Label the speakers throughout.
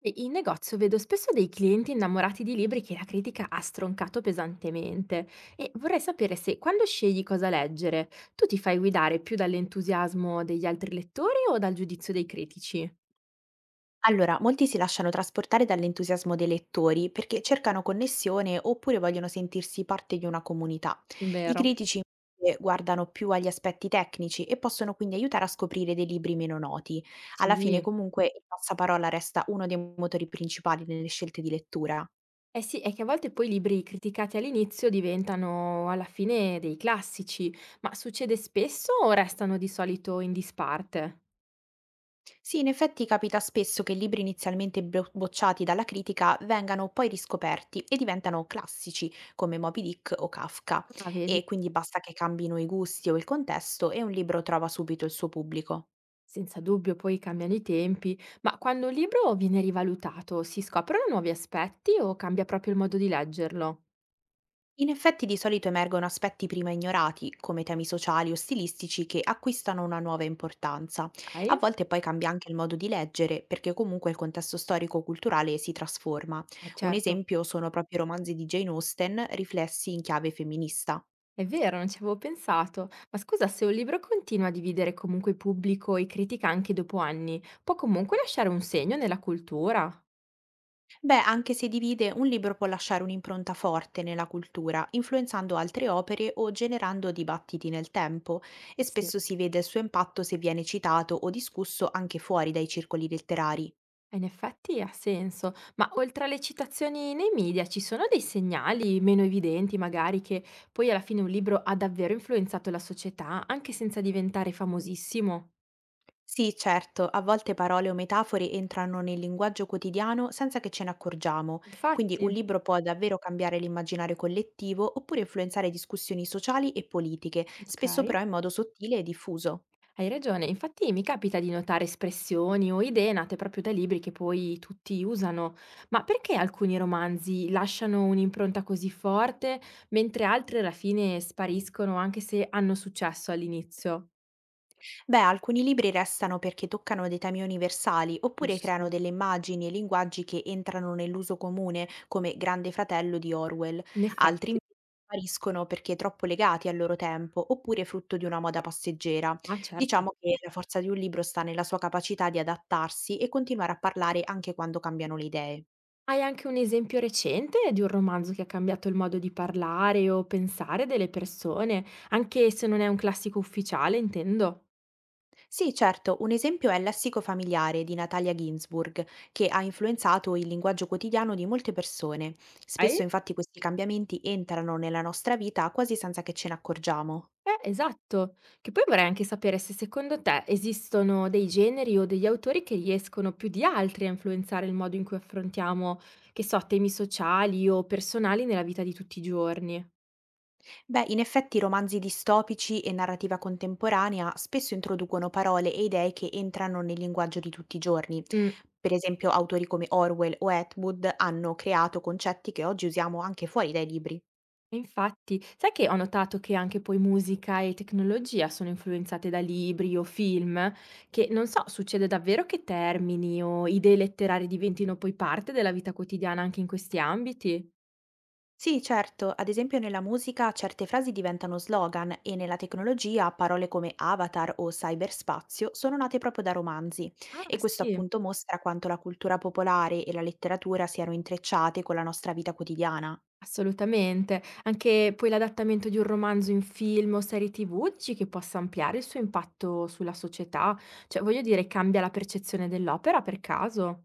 Speaker 1: E in negozio vedo spesso dei clienti innamorati di libri che la critica ha stroncato pesantemente e vorrei sapere se quando scegli cosa leggere, tu ti fai guidare più dall'entusiasmo degli altri lettori o dal giudizio dei critici?
Speaker 2: Allora, molti si lasciano trasportare dall'entusiasmo dei lettori perché cercano connessione oppure vogliono sentirsi parte di una comunità. I
Speaker 1: Vero.
Speaker 2: critici invece guardano più agli aspetti tecnici e possono quindi aiutare a scoprire dei libri meno noti. Alla fine
Speaker 1: Sì.
Speaker 2: comunque il passaparola resta uno dei motori principali nelle scelte di lettura.
Speaker 1: Eh sì, è che a volte poi i libri criticati all'inizio diventano alla fine dei classici, ma succede spesso o restano di solito in disparte?
Speaker 2: Sì, in effetti capita spesso che libri inizialmente bocciati dalla critica vengano poi riscoperti e diventano classici, come Moby Dick o Kafka,
Speaker 1: Ah, vedi?
Speaker 2: e quindi basta che cambino i gusti o il contesto e un libro trova subito il suo pubblico.
Speaker 1: Senza dubbio poi cambiano i tempi, ma quando un libro viene rivalutato, si scoprono nuovi aspetti o cambia proprio il modo di leggerlo?
Speaker 2: In effetti di solito emergono aspetti prima ignorati, come temi sociali o stilistici che acquistano una nuova importanza. A
Speaker 1: Sai?
Speaker 2: volte poi cambia anche il modo di leggere, perché comunque il contesto storico-culturale si trasforma.
Speaker 1: Eh
Speaker 2: Un
Speaker 1: certo,
Speaker 2: esempio sono proprio i romanzi di Jane Austen, riflessi in chiave femminista.
Speaker 1: è vero, non ci avevo pensato. Ma scusa, se un libro continua a dividere comunque il pubblico e critica anche dopo anni, può comunque lasciare un segno nella cultura?
Speaker 2: Beh, anche se divide, un libro può lasciare un'impronta forte nella cultura, influenzando altre opere o generando dibattiti nel tempo, e
Speaker 1: Eh sì.
Speaker 2: spesso si vede il suo impatto se viene citato o discusso anche fuori dai circoli letterari.
Speaker 1: In effetti ha senso, ma oltre alle citazioni nei media ci sono dei segnali meno evidenti, magari, che poi alla fine un libro ha davvero influenzato la società, anche senza diventare famosissimo?
Speaker 2: Sì, certo, a volte parole o metafore entrano nel linguaggio quotidiano senza che ce ne accorgiamo, quindi
Speaker 1: Infatti,
Speaker 2: un libro può davvero cambiare l'immaginario collettivo oppure influenzare discussioni sociali e politiche, spesso
Speaker 1: ok.
Speaker 2: però in modo sottile e diffuso.
Speaker 1: Hai ragione, infatti mi capita di notare espressioni o idee nate proprio da libri che poi tutti usano, ma perché alcuni romanzi lasciano un'impronta così forte, mentre altri alla fine spariscono anche se hanno successo all'inizio?
Speaker 2: Beh, alcuni libri restano perché toccano dei temi universali, oppure creano
Speaker 1: Giusto.
Speaker 2: delle immagini e linguaggi che entrano nell'uso comune, come Grande Fratello di Orwell.
Speaker 1: In
Speaker 2: Altri
Speaker 1: effetti.
Speaker 2: invece spariscono perché troppo legati al loro tempo, oppure frutto di una moda passeggera.
Speaker 1: Ah, certo.
Speaker 2: Diciamo che la forza di un libro sta nella sua capacità di adattarsi e continuare a parlare anche quando cambiano le idee.
Speaker 1: Hai anche un esempio recente di un romanzo che ha cambiato il modo di parlare o pensare delle persone, anche se non è un classico ufficiale, intendo?
Speaker 2: Sì, certo, un esempio è L'assico familiare di Natalia Ginsburg, che ha influenzato il linguaggio quotidiano di molte persone.
Speaker 1: Hai?
Speaker 2: Spesso infatti questi cambiamenti entrano nella nostra vita quasi senza che ce ne accorgiamo.
Speaker 1: Esatto. Che poi vorrei anche sapere se secondo te esistono dei generi o degli autori che riescono più di altri a influenzare il modo in cui affrontiamo, che so, temi sociali o personali nella vita di tutti i giorni.
Speaker 2: Beh, in effetti romanzi distopici e narrativa contemporanea spesso introducono parole e idee che entrano nel linguaggio di tutti i giorni.
Speaker 1: Mm.
Speaker 2: Per esempio, autori come Orwell o Atwood hanno creato concetti che oggi usiamo anche fuori dai libri.
Speaker 1: E infatti, sai che ho notato che anche poi musica e tecnologia sono influenzate da libri o film, che non so, succede davvero che termini o idee letterarie diventino poi parte della vita quotidiana anche in questi ambiti?
Speaker 2: Sì, certo, ad esempio nella musica certe frasi diventano slogan e nella tecnologia parole come avatar o cyberspazio sono nate proprio da romanzi,
Speaker 1: Ah,
Speaker 2: e questo
Speaker 1: sì,
Speaker 2: appunto mostra quanto la cultura popolare e la letteratura siano intrecciate con la nostra vita quotidiana.
Speaker 1: assolutamente. Anche poi l'adattamento di un romanzo in film o serie TV dici che possa ampliare il suo impatto sulla società? Cioè, voglio dire, cambia la percezione dell'opera per caso?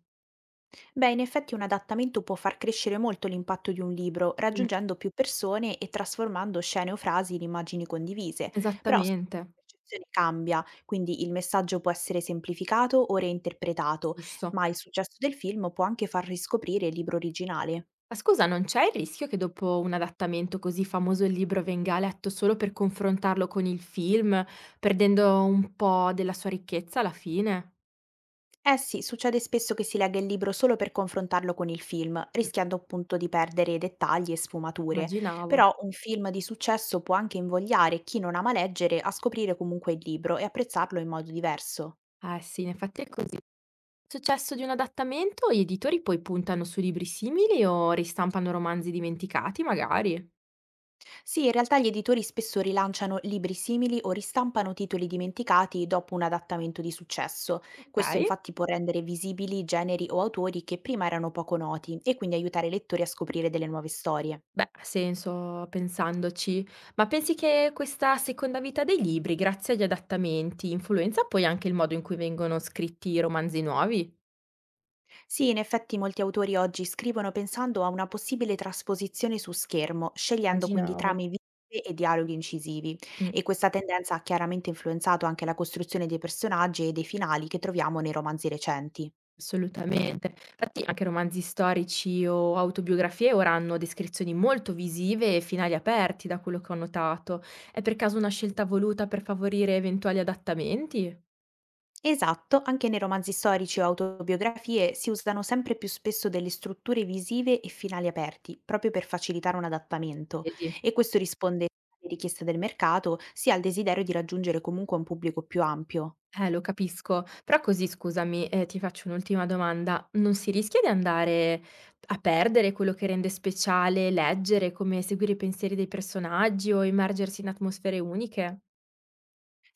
Speaker 2: Beh, in effetti un adattamento può far crescere molto l'impatto di un libro,
Speaker 1: Mm,
Speaker 2: raggiungendo più persone e trasformando scene o frasi in immagini condivise, però spesso
Speaker 1: esattamente,
Speaker 2: la percezione cambia, quindi il messaggio può essere semplificato o reinterpretato,
Speaker 1: giusto.
Speaker 2: ma il successo del film può anche far riscoprire il libro originale.
Speaker 1: Ma scusa, non c'è il rischio che dopo un adattamento così famoso il libro venga letto solo per confrontarlo con il film, perdendo un po' della sua ricchezza alla fine?
Speaker 2: Eh sì, succede spesso che si legga il libro solo per confrontarlo con il film,
Speaker 1: Mh,
Speaker 2: rischiando appunto di perdere dettagli e sfumature.
Speaker 1: immaginavo.
Speaker 2: Però un film di successo può anche invogliare chi non ama leggere a scoprire comunque il libro e apprezzarlo in modo diverso.
Speaker 1: Eh sì, in effetti è così. Successo di un adattamento, gli editori poi puntano su libri simili o ristampano romanzi dimenticati magari.
Speaker 2: Sì, in realtà gli editori spesso rilanciano libri simili o ristampano titoli dimenticati dopo un adattamento di successo. Questo
Speaker 1: Okay.
Speaker 2: infatti può rendere visibili generi o autori che prima erano poco noti e quindi aiutare i lettori a scoprire delle nuove storie.
Speaker 1: Beh, ha senso pensandoci. Ma pensi che questa seconda vita dei libri, grazie agli adattamenti, influenza poi anche il modo in cui vengono scritti i romanzi nuovi?
Speaker 2: Sì, in effetti molti autori oggi scrivono pensando a una possibile trasposizione su schermo, scegliendo quindi
Speaker 1: Immaginavo.
Speaker 2: trame vive e dialoghi incisivi.
Speaker 1: Mh,
Speaker 2: E questa tendenza ha chiaramente influenzato anche la costruzione dei personaggi e dei finali che troviamo nei romanzi recenti.
Speaker 1: assolutamente. Infatti anche romanzi storici o autobiografie ora hanno descrizioni molto visive e finali aperti, da quello che ho notato. È per caso una scelta voluta per favorire eventuali adattamenti?
Speaker 2: Esatto, anche nei romanzi storici o autobiografie si usano sempre più spesso delle strutture visive e finali aperti, proprio per facilitare un adattamento.
Speaker 1: Vedi?
Speaker 2: E questo risponde sia alle richieste del mercato, sia al desiderio di raggiungere comunque un pubblico più ampio.
Speaker 1: Lo capisco. Però così, scusami, ti faccio un'ultima domanda: non si rischia di andare a perdere quello che rende speciale leggere, come seguire i pensieri dei personaggi o immergersi in atmosfere uniche?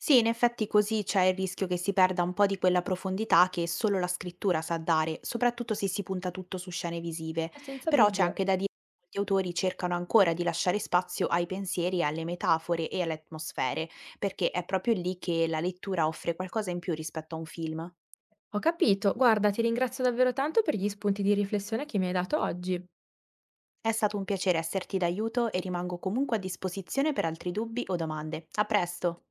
Speaker 2: Sì, in effetti così c'è il rischio che si perda un po' di quella profondità che solo la scrittura sa dare, soprattutto se si punta tutto su scene visive.
Speaker 1: Senza
Speaker 2: Però c'è
Speaker 1: dubbio.
Speaker 2: anche da dire che molti autori cercano ancora di lasciare spazio ai pensieri, alle metafore e alle atmosfere, perché è proprio lì che la lettura offre qualcosa in più rispetto a un film.
Speaker 1: Ho capito. Guarda, ti ringrazio davvero tanto per gli spunti di riflessione che mi hai dato oggi.
Speaker 2: È stato un piacere esserti d'aiuto e rimango comunque a disposizione per altri dubbi o domande. A presto!